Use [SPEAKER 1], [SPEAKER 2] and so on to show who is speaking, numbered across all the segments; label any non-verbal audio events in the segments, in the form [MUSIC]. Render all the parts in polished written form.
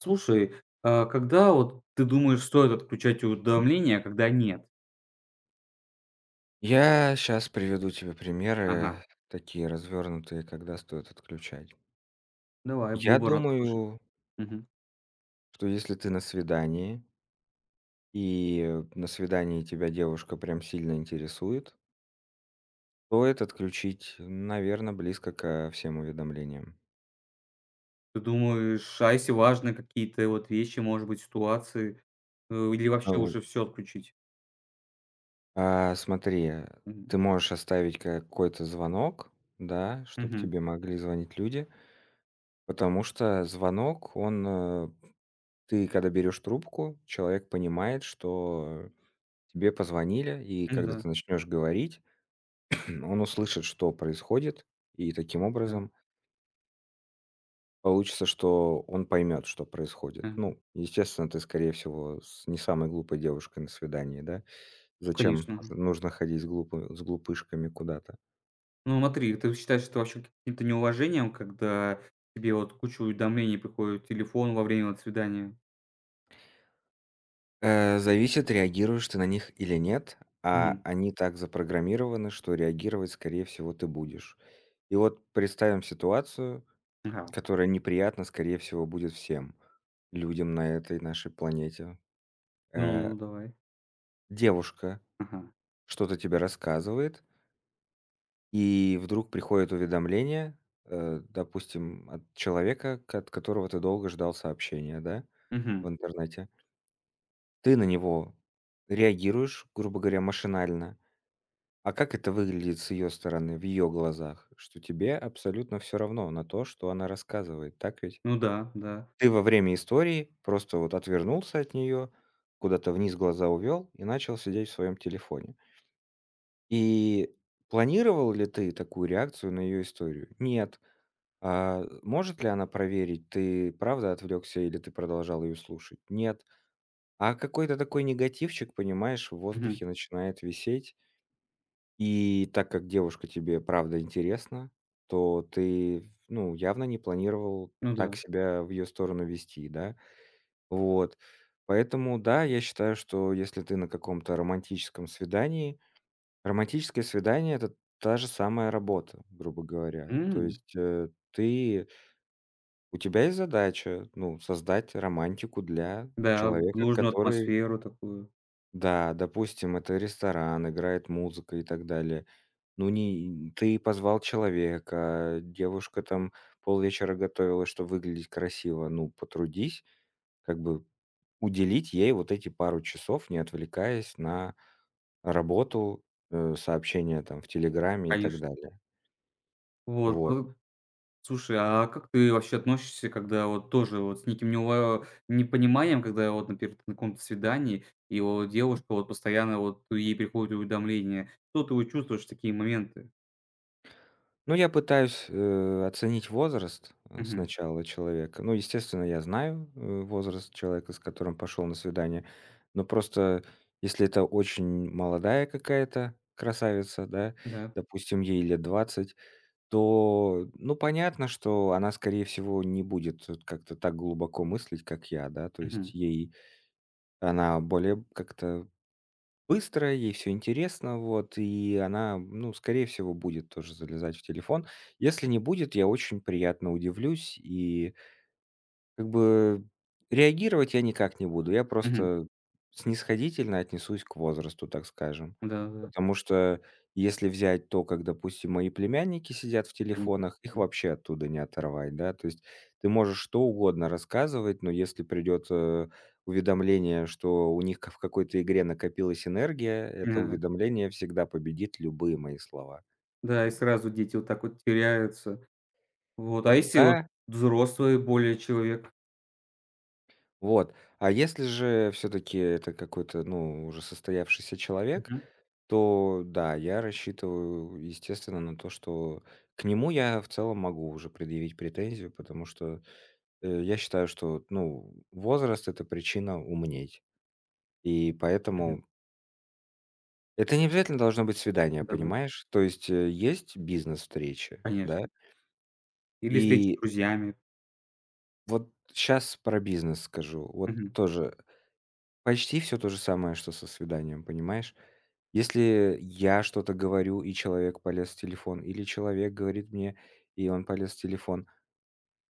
[SPEAKER 1] Слушай, а когда вот ты думаешь, стоит отключать уведомления, а когда нет?
[SPEAKER 2] Я сейчас приведу тебе
[SPEAKER 1] Ага,
[SPEAKER 2] примеры такие развернутые, когда стоит отключать.
[SPEAKER 1] давай,
[SPEAKER 2] Я
[SPEAKER 1] буду рад услышать.
[SPEAKER 2] думаю,
[SPEAKER 1] Мгм.
[SPEAKER 2] что если ты на свидании, и на свидании тебя девушка прям сильно интересует, то это отключить, наверное, близко ко всем уведомлениям.
[SPEAKER 1] Ты думаешь, а если важны какие-то вот вещи, может быть, ситуации, или вообще
[SPEAKER 2] Ау.
[SPEAKER 1] уже все отключить?
[SPEAKER 2] А, смотри,
[SPEAKER 1] Мгм.
[SPEAKER 2] ты можешь оставить какой-то звонок, да, чтобы
[SPEAKER 1] Мгм.
[SPEAKER 2] тебе могли звонить люди, потому что звонок, он, ты когда берешь трубку, человек понимает, что тебе позвонили, и
[SPEAKER 1] Ну
[SPEAKER 2] когда
[SPEAKER 1] да,
[SPEAKER 2] ты начнешь говорить, [CLEARS THROAT] он услышит, что происходит, и таким
[SPEAKER 1] да,
[SPEAKER 2] образом получится, что он поймет, что происходит.
[SPEAKER 1] мгм.
[SPEAKER 2] Ну, естественно, ты, скорее всего, с не самой глупой девушкой на свидании, да?
[SPEAKER 1] Ну,
[SPEAKER 2] Зачем
[SPEAKER 1] конечно, мгм.
[SPEAKER 2] нужно ходить с, с глупышками куда-то?
[SPEAKER 1] Ну, смотри, ты считаешь это вообще каким-то неуважением, когда тебе вот куча уведомлений приходит в телефон во время вот свидания?
[SPEAKER 2] Зависит, реагируешь ты на них или нет, а
[SPEAKER 1] Мгм.
[SPEAKER 2] они так запрограммированы, что реагировать, скорее всего, ты будешь. И вот представим ситуацию,
[SPEAKER 1] Ага.
[SPEAKER 2] которая неприятна, скорее всего, будет всем людям на этой нашей планете. Э,
[SPEAKER 1] Ну, давай.
[SPEAKER 2] Девушка
[SPEAKER 1] Ага.
[SPEAKER 2] что-то тебе рассказывает, и вдруг приходит уведомление, э, допустим, от человека, от которого ты долго ждал сообщения, да,
[SPEAKER 1] Мгм.
[SPEAKER 2] в интернете. Ты на него реагируешь, грубо говоря, машинально. А как это выглядит с ее стороны, в ее глазах? Что тебе абсолютно все равно на то, что она рассказывает, так ведь?
[SPEAKER 1] Ну да, да.
[SPEAKER 2] Ты во время истории просто вот отвернулся от нее куда-то вниз глаза увел и начал сидеть в своем телефоне. И планировал ли ты такую реакцию на ее историю? Нет. А может ли она проверить, ты правда отвлёкся или ты продолжал ее слушать? Нет. А какой-то такой негативчик, понимаешь, в
[SPEAKER 1] Мгм.
[SPEAKER 2] воздухе начинает висеть. И так как девушка тебе правда интересна, то ты, ну, явно не планировал
[SPEAKER 1] Ну
[SPEAKER 2] так
[SPEAKER 1] да.
[SPEAKER 2] себя в ее сторону вести, да? Вот. Поэтому да, я считаю, что если ты на каком-то романтическом свидании, романтическое свидание — это та же самая работа, грубо говоря. То
[SPEAKER 1] М,
[SPEAKER 2] есть, ты, у тебя есть задача, ну, создать романтику для
[SPEAKER 1] да, вот
[SPEAKER 2] человека,
[SPEAKER 1] нужную
[SPEAKER 2] который...
[SPEAKER 1] атмосферу такую,
[SPEAKER 2] Да, допустим, это ресторан, играет музыка и так далее. Ну, не ты позвал человека, девушка там полвечера готовилась, чтобы выглядеть красиво. Ну, потрудись, как бы уделить ей вот эти пару часов, не отвлекаясь на работу, э, сообщения там в "Телеграме" и так
[SPEAKER 1] конечно.
[SPEAKER 2] далее.
[SPEAKER 1] Вот,
[SPEAKER 2] Вот.
[SPEAKER 1] ну, слушай, а как ты вообще относишься, когда вот тоже вот с неким неува непониманием, когда вот, например, ты на каком-то свидании, и вот девушка вот постоянно вот ей приходят уведомления. Что ты вот чувствуешь в такие моменты?
[SPEAKER 2] Ну, я пытаюсь, оценить возраст, э,
[SPEAKER 1] Мгм.
[SPEAKER 2] сначала человека. Ну, естественно, я знаю, возраст человека, с которым пошел на свидание, но просто если это очень молодая какая-то красавица, да,
[SPEAKER 1] Да.
[SPEAKER 2] допустим, ей лет 20, то, ну, понятно, что она, скорее всего, не будет, как-то так глубоко мыслить, как я, да. То есть
[SPEAKER 1] Мгм.
[SPEAKER 2] ей... Она более как-то быстрая, ей все интересно, вот, и она, ну, скорее всего, будет тоже залезать в телефон. Если не будет, я очень приятно удивлюсь и, как бы, реагировать я никак не буду. Я
[SPEAKER 1] Мгм.
[SPEAKER 2] просто снисходительно отнесусь к возрасту, так скажем.
[SPEAKER 1] Да-да-да.
[SPEAKER 2] Потому что если взять то, как, допустим, мои племянники сидят в телефонах, их
[SPEAKER 1] Мгм.
[SPEAKER 2] вообще оттуда не оторвать, да. То есть ты можешь что угодно рассказывать, но если придет, э, уведомление, что у них в какой-то игре накопилась энергия, это
[SPEAKER 1] Ага.
[SPEAKER 2] уведомление всегда победит любые мои слова.
[SPEAKER 1] Да, и сразу дети вот так вот теряются. Вот,
[SPEAKER 2] Э,
[SPEAKER 1] а если вот
[SPEAKER 2] да,
[SPEAKER 1] взрослый более человек?
[SPEAKER 2] вот. А если же все-таки это какой-то, ну, уже состоявшийся человек,
[SPEAKER 1] Мгм.
[SPEAKER 2] то да, я рассчитываю, естественно, на то, что к нему я в целом могу уже предъявить претензию, потому что, я считаю, что, ну, возраст — это причина умнеть. И
[SPEAKER 1] Мгм.
[SPEAKER 2] поэтому это не обязательно должно быть свидание,
[SPEAKER 1] Да-да.
[SPEAKER 2] понимаешь? То есть, э, есть бизнес-встречи, да?
[SPEAKER 1] Конечно. Или встреч с
[SPEAKER 2] И
[SPEAKER 1] друзьями.
[SPEAKER 2] вот сейчас про бизнес скажу. Вот
[SPEAKER 1] Мгм.
[SPEAKER 2] тоже почти все то же самое, что со свиданием, понимаешь? Если я что-то говорю, и человек полез в телефон, или человек говорит мне, и он полез в телефон,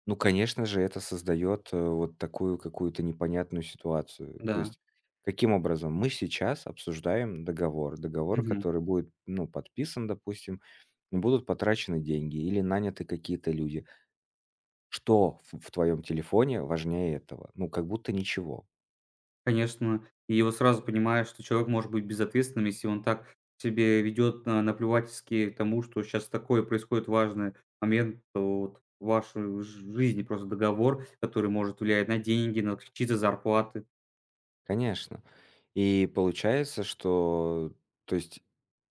[SPEAKER 2] ну, конечно же, это создает, э, вот такую какую-то непонятную ситуацию. То
[SPEAKER 1] Да.
[SPEAKER 2] есть каким образом? Мы сейчас обсуждаем договор. Договор,
[SPEAKER 1] Мгм.
[SPEAKER 2] который будет, ну, подписан, допустим, и будут потрачены деньги или наняты какие-то люди. Что в твоём телефоне важнее этого? Ну, как будто ничего.
[SPEAKER 1] Конечно. И вот сразу понимаешь, что человек может быть безответственным, если он так себе ведет, на наплевательски к тому, что сейчас такое происходит важный момент, то вот в вашей жи жизни просто договор, который может влиять на деньги, на чьи-то зарплаты.
[SPEAKER 2] Конечно. И получается, что, то есть,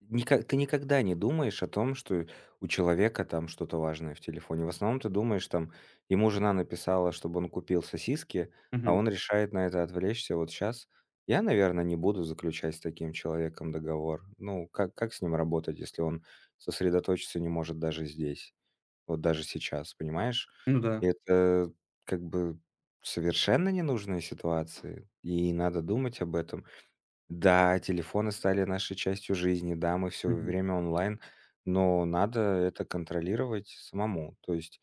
[SPEAKER 2] ника ты никогда не думаешь о том, что у человека там что-то важное в телефоне. В основном ты думаешь, там, ему жена написала, чтобы он купил сосиски, а
[SPEAKER 1] Мгм.
[SPEAKER 2] он решает на это отвлечься вот сейчас. Я, наверное, не буду заключать с таким человеком договор. Ну, как с ним работать, если он сосредоточиться не может даже здесь? Вот даже сейчас, понимаешь?
[SPEAKER 1] Ну
[SPEAKER 2] И
[SPEAKER 1] да.
[SPEAKER 2] это, как бы, совершенно ненужные ситуации, и надо думать об этом. Да, телефоны стали нашей частью жизни, да, мы все
[SPEAKER 1] Мгм.
[SPEAKER 2] время онлайн, но надо это контролировать самому. То есть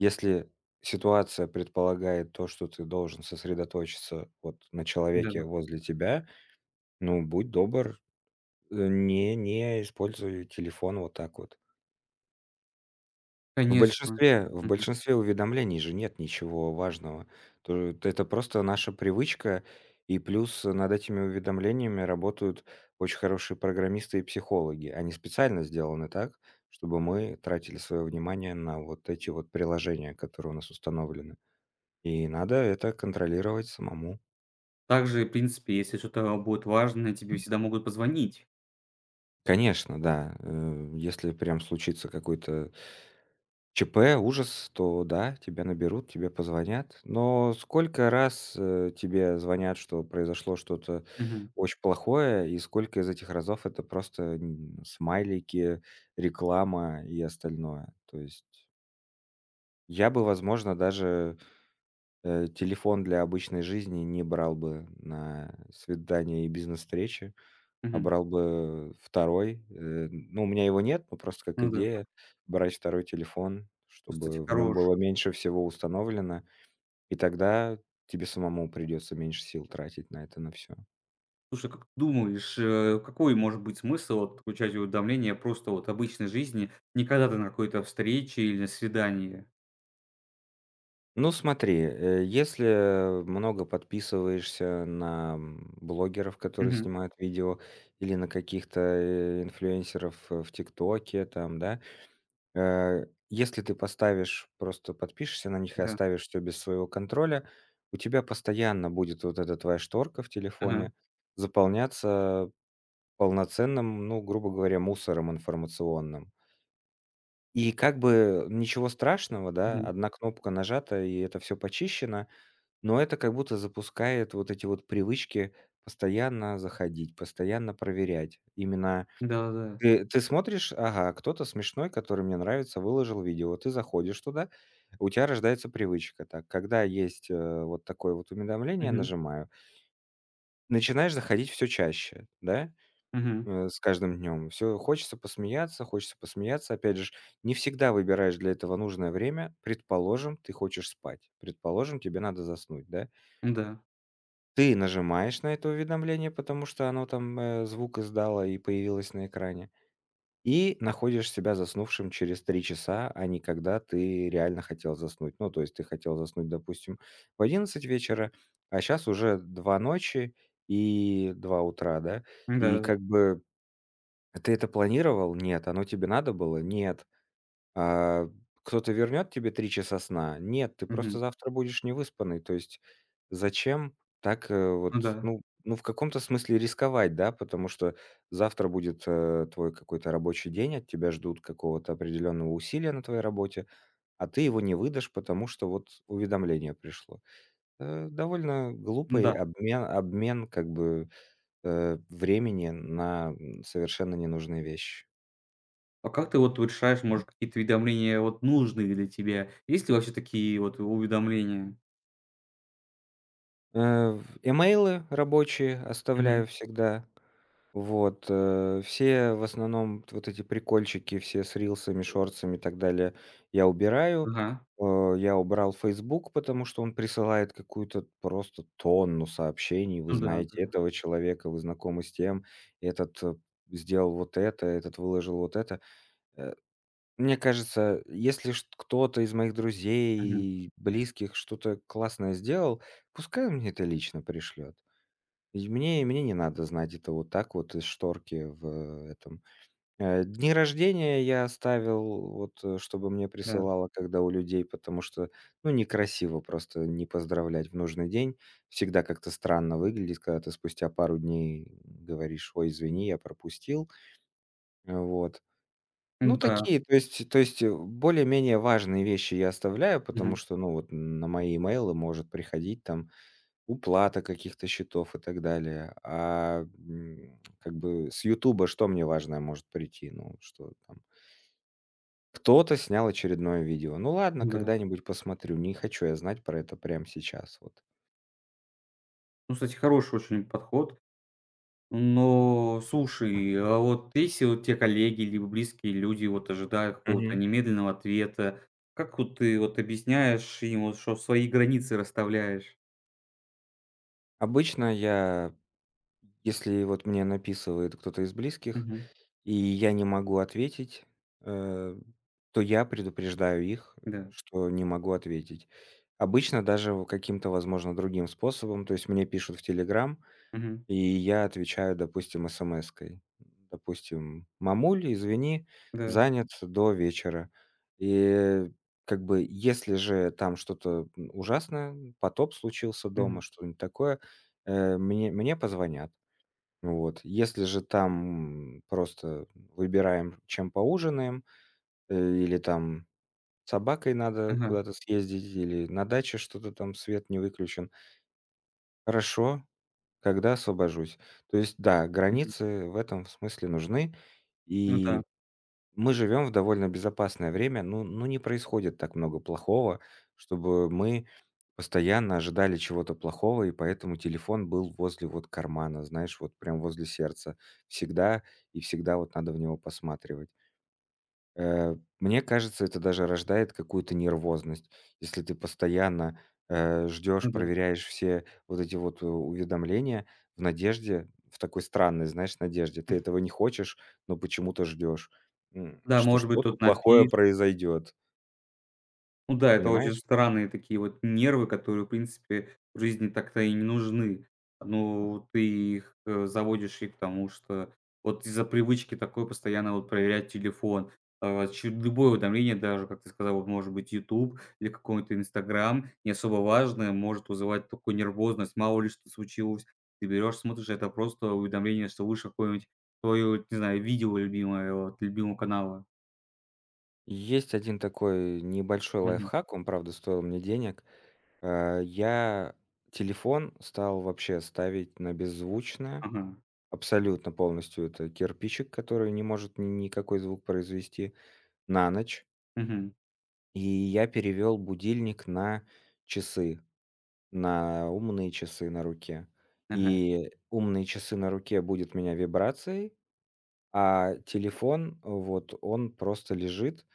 [SPEAKER 2] если ситуация предполагает то, что ты должен сосредоточиться вот на человеке
[SPEAKER 1] Да-да.
[SPEAKER 2] возле тебя, ну, будь добр, не используй телефон вот так вот.
[SPEAKER 1] Конечно.
[SPEAKER 2] В
[SPEAKER 1] Мгм.
[SPEAKER 2] большинстве уведомлений же нет ничего важного. То это просто наша привычка, и плюс над этими уведомлениями работают очень хорошие программисты и психологи. Они специально сделаны так, чтобы мы тратили свое внимание на вот эти вот приложения, которые у нас установлены. И надо это контролировать самому.
[SPEAKER 1] Также, в принципе, если что-то будет важное, тебе всегда могут позвонить.
[SPEAKER 2] Конечно, да, если прям случится какой-то ЧП, ужас, то да, тебя наберут, тебе позвонят. Но сколько раз, тебе звонят, что произошло что-то
[SPEAKER 1] Мгм.
[SPEAKER 2] очень плохое, и сколько из этих разов это просто, м, смайлики, реклама и остальное. То есть я бы, возможно, даже, телефон для обычной жизни не брал бы на свидания и бизнес-встречи. А
[SPEAKER 1] Мгм.
[SPEAKER 2] брал бы второй, э, ну, у меня его нет, но просто как
[SPEAKER 1] Ну да.
[SPEAKER 2] идея брать второй телефон,
[SPEAKER 1] Кстати,
[SPEAKER 2] чтобы в нем
[SPEAKER 1] хорош
[SPEAKER 2] было меньше всего установлено, и тогда тебе самому придется меньше сил тратить на это на все.
[SPEAKER 1] Слушай, как ты думаешь, какой может быть смысл вот получать уведомления просто вот обычной жизни, не когда ты на какой-то встрече или на свидании?
[SPEAKER 2] Ну, смотри, если много подписываешься на, м, блогеров, которые
[SPEAKER 1] Мгм.
[SPEAKER 2] снимают видео, или на каких-то, э, инфлюенсеров, э, в "Тиктоке", там, да, если ты поставишь, просто подпишешься на них и
[SPEAKER 1] Да.
[SPEAKER 2] оставишь все без своего контроля, у тебя постоянно будет вот эта твоя шторка в
[SPEAKER 1] Ага.
[SPEAKER 2] телефоне заполняться полноценным, ну, грубо говоря, мусором информационным. И, как бы, ничего страшного, да,
[SPEAKER 1] Мгм.
[SPEAKER 2] одна кнопка нажата, и это все почищено, но это как будто запускает вот эти вот привычки постоянно заходить, постоянно проверять. Именно
[SPEAKER 1] Да-да-да.
[SPEAKER 2] ты смотришь, ага, кто-то смешной, который мне нравится, выложил видео. Ты заходишь туда, у тебя рождается привычка. Так, когда есть, э, вот такое вот уведомление,
[SPEAKER 1] Мгм.
[SPEAKER 2] нажимаю. Начинаешь заходить все чаще, да,
[SPEAKER 1] Мгм.
[SPEAKER 2] с каждым днем. Все хочется посмеяться, хочется посмеяться. Опять же ж, не всегда выбираешь для этого нужное время. Предположим, ты хочешь спать. Предположим, тебе надо заснуть, да.
[SPEAKER 1] Да.
[SPEAKER 2] Ты нажимаешь на это уведомление, потому что оно там, звук издало и появилось на экране. И находишь себя заснувшим через 3 часа, а не когда ты реально хотел заснуть. Ну, то есть ты хотел заснуть, допустим, в 11 вечера, а сейчас уже 2 ночи и 2 утра, да?
[SPEAKER 1] да
[SPEAKER 2] И,
[SPEAKER 1] да
[SPEAKER 2] как бы, ты это планировал? Нет. Оно тебе надо было? Нет. А кто-то вернет тебе 3 часа сна? Нет, ты просто
[SPEAKER 1] Мгм.
[SPEAKER 2] завтра будешь невыспанный. То есть зачем так, э,
[SPEAKER 1] Ну
[SPEAKER 2] вот,
[SPEAKER 1] да.
[SPEAKER 2] ну, в каком-то смысле рисковать, да? Потому что завтра будет, твой какой-то рабочий день, от тебя ждут какого-то определенного усилия на твоей работе, а ты его не выдашь, потому что вот уведомление пришло. Э, довольно
[SPEAKER 1] Ну
[SPEAKER 2] глупый
[SPEAKER 1] да.
[SPEAKER 2] обмен, как бы, э, времени на, м, совершенно ненужные вещи.
[SPEAKER 1] А как ты вот решаешь, может, какие-то уведомления вот нужные для тебя? Есть ли вообще такие вот уведомления?
[SPEAKER 2] Э, в имейлы рабочие
[SPEAKER 1] Мгм.
[SPEAKER 2] оставляю всегда. Вот, э, все в основном, т вот эти прикольчики все с рилсами, шорцами и так далее я убираю.
[SPEAKER 1] Ага.
[SPEAKER 2] Э, я убрал Facebook, потому что он присылает какую-то просто тонну сообщений. Вы
[SPEAKER 1] Ну да,
[SPEAKER 2] знаете
[SPEAKER 1] да.
[SPEAKER 2] этого человека, вы знакомы с тем, этот, э, сделал вот это, этот выложил вот это. Э, мне кажется, если чт кто-то из моих
[SPEAKER 1] Мгм.
[SPEAKER 2] друзей, близких что-то классное сделал, пускай он мне это лично пришлет. Ведь мне не надо знать это вот так вот из шторки в этом. Э, дни рождения я оставил, вот, э, чтобы мне
[SPEAKER 1] Да.
[SPEAKER 2] присылало, когда у людей, потому что, ну, некрасиво просто не поздравлять в нужный день. Всегда как-то странно выглядит, когда ты спустя пару дней говоришь: "Ой, извини, я пропустил". Вот. Ну,
[SPEAKER 1] Ну да.
[SPEAKER 2] такие, то есть, э, более-менее важные вещи я оставляю, потому
[SPEAKER 1] Мгм.
[SPEAKER 2] что, ну, вот на мои имейлы может приходить там уплата каких-то счетов и так далее. А, м, как бы с "Ютуба" что мне важное может прийти? Ну, что там кто-то снял очередное видео. Ну ладно,
[SPEAKER 1] Ну да.
[SPEAKER 2] когда-нибудь посмотрю, не хочу я знать про это прямо сейчас вот.
[SPEAKER 1] Ну, кстати, хороший очень подход. Но слушай, а вот если вот те коллеги либо близкие люди вот ожидают какого-то
[SPEAKER 2] Мгм.
[SPEAKER 1] немедленного ответа, как вот ты вот объясняешь им, вот что свои границы расставляешь?
[SPEAKER 2] Обычно я, если вот мне написывает кто-то из близких,
[SPEAKER 1] Мгм.
[SPEAKER 2] и я не могу ответить, э, то я предупреждаю их,
[SPEAKER 1] Да.
[SPEAKER 2] что не могу ответить. Обычно даже в каким-то, возможно, другим способом, то есть мне пишут в "Телеграм",
[SPEAKER 1] Мгм.
[SPEAKER 2] и я отвечаю, допустим, эсэмэской. Допустим: "Мамуль, извини,
[SPEAKER 1] Да.
[SPEAKER 2] занят до вечера". И, как бы, если же там что-то, м, ужасное, потоп случился
[SPEAKER 1] Мгм.
[SPEAKER 2] дома, что-нибудь такое, э, мне позвонят. Вот. Если же там просто выбираем, чем поужинаем, э, или там с собакой надо
[SPEAKER 1] Ага.
[SPEAKER 2] куда-то съездить, или на даче что-то там свет не выключен. Хорошо, когда освобожусь. То есть да,
[SPEAKER 1] Мгм.
[SPEAKER 2] границы в этом смысле нужны.
[SPEAKER 1] Ну да,
[SPEAKER 2] И мы живем в довольно безопасное время, ну не происходит так много плохого, чтобы мы постоянно ожидали чего-то плохого, и поэтому телефон был возле вот кармана, знаешь, вот прям возле сердца всегда, и всегда вот надо в него посматривать. Э, мне кажется, это даже рождает какую-то нервозность. Если ты постоянно, ждёшь,
[SPEAKER 1] ну да.
[SPEAKER 2] проверяешь все вот эти вот у уведомления в надежде, в такой странной, знаешь, надежде. Ты этого не хочешь, но почему-то ждешь, м,
[SPEAKER 1] Да,
[SPEAKER 2] что
[SPEAKER 1] может быть,
[SPEAKER 2] что-то
[SPEAKER 1] тут
[SPEAKER 2] плохое
[SPEAKER 1] напишешь.
[SPEAKER 2] произойдет.
[SPEAKER 1] Ну да, это очень
[SPEAKER 2] Понимаешь?
[SPEAKER 1] странные такие вот нервы, которые, в принципе, в жизни так-то и не нужны. Ну, ты их, заводишь и к тому, что вот из-за привычки такой постоянно вот проверять телефон, а, чё любое уведомление, даже, как ты сказал, вот может быть YouTube или какой-то "Инстаграм", не особо важное, может вызывать такую нервозность. Мало ли что случилось, ты берешь, смотришь, это просто уведомление, что вышло какое-нибудь твое, не знаю, видео любимое от любимого канала.
[SPEAKER 2] Есть один такой небольшой
[SPEAKER 1] Мгм.
[SPEAKER 2] лайфхак, он, правда, стоил мне денег. Я телефон стал вообще ставить на беззвучное.
[SPEAKER 1] Ага.
[SPEAKER 2] Абсолютно полностью. Это кирпичик, который не может ни никакой звук произвести на ночь.
[SPEAKER 1] Мгм.
[SPEAKER 2] И я перевел будильник на часы, на умные часы на руке.
[SPEAKER 1] Ага.
[SPEAKER 2] И умные часы на руке будет меня вибрацией, а телефон, вот, он просто лежит.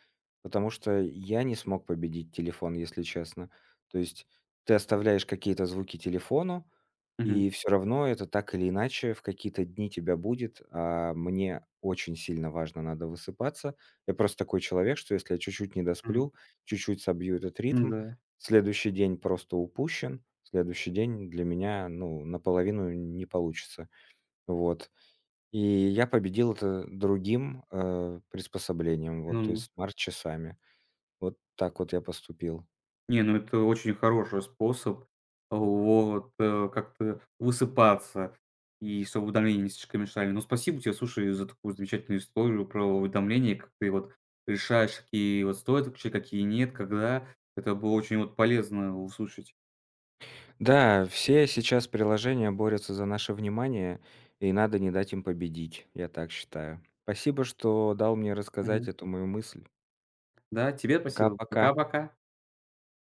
[SPEAKER 2] Потому что я не смог победить телефон, если честно. То есть ты оставляешь какие-то звуки телефону,
[SPEAKER 1] Мгм.
[SPEAKER 2] и все равно это так или иначе в какие-то дни тебя будет. А мне очень сильно важно, надо высыпаться. Я просто такой человек, что если я чуть-чуть не
[SPEAKER 1] Мгм.
[SPEAKER 2] досплю, чуть-чуть собью этот ритм,
[SPEAKER 1] М-да.
[SPEAKER 2] следующий день просто упущен, следующий день для меня, ну, наполовину не получится. Вот. И я победил это другим, приспособлением, вот, то
[SPEAKER 1] Ну,
[SPEAKER 2] есть смарт-часами. Вот так вот я поступил.
[SPEAKER 1] не, ну это очень хороший способ, вот, как-то высыпаться, и чтобы уведомления не слишком мешали. Ну, спасибо тебе, слушай, за такую замечательную историю про уведомления, как ты вот решаешь, какие вот стоит вообще какие нет, когда. Это было очень вот полезно услышать.
[SPEAKER 2] Да, все сейчас приложения борются за наше внимание, и надо не дать им победить, я так считаю. Спасибо, что дал мне рассказать
[SPEAKER 1] Мгм.
[SPEAKER 2] эту мою мысль.
[SPEAKER 1] Да, тебе спасибо.
[SPEAKER 2] Пока-пока.
[SPEAKER 1] Пока-пока.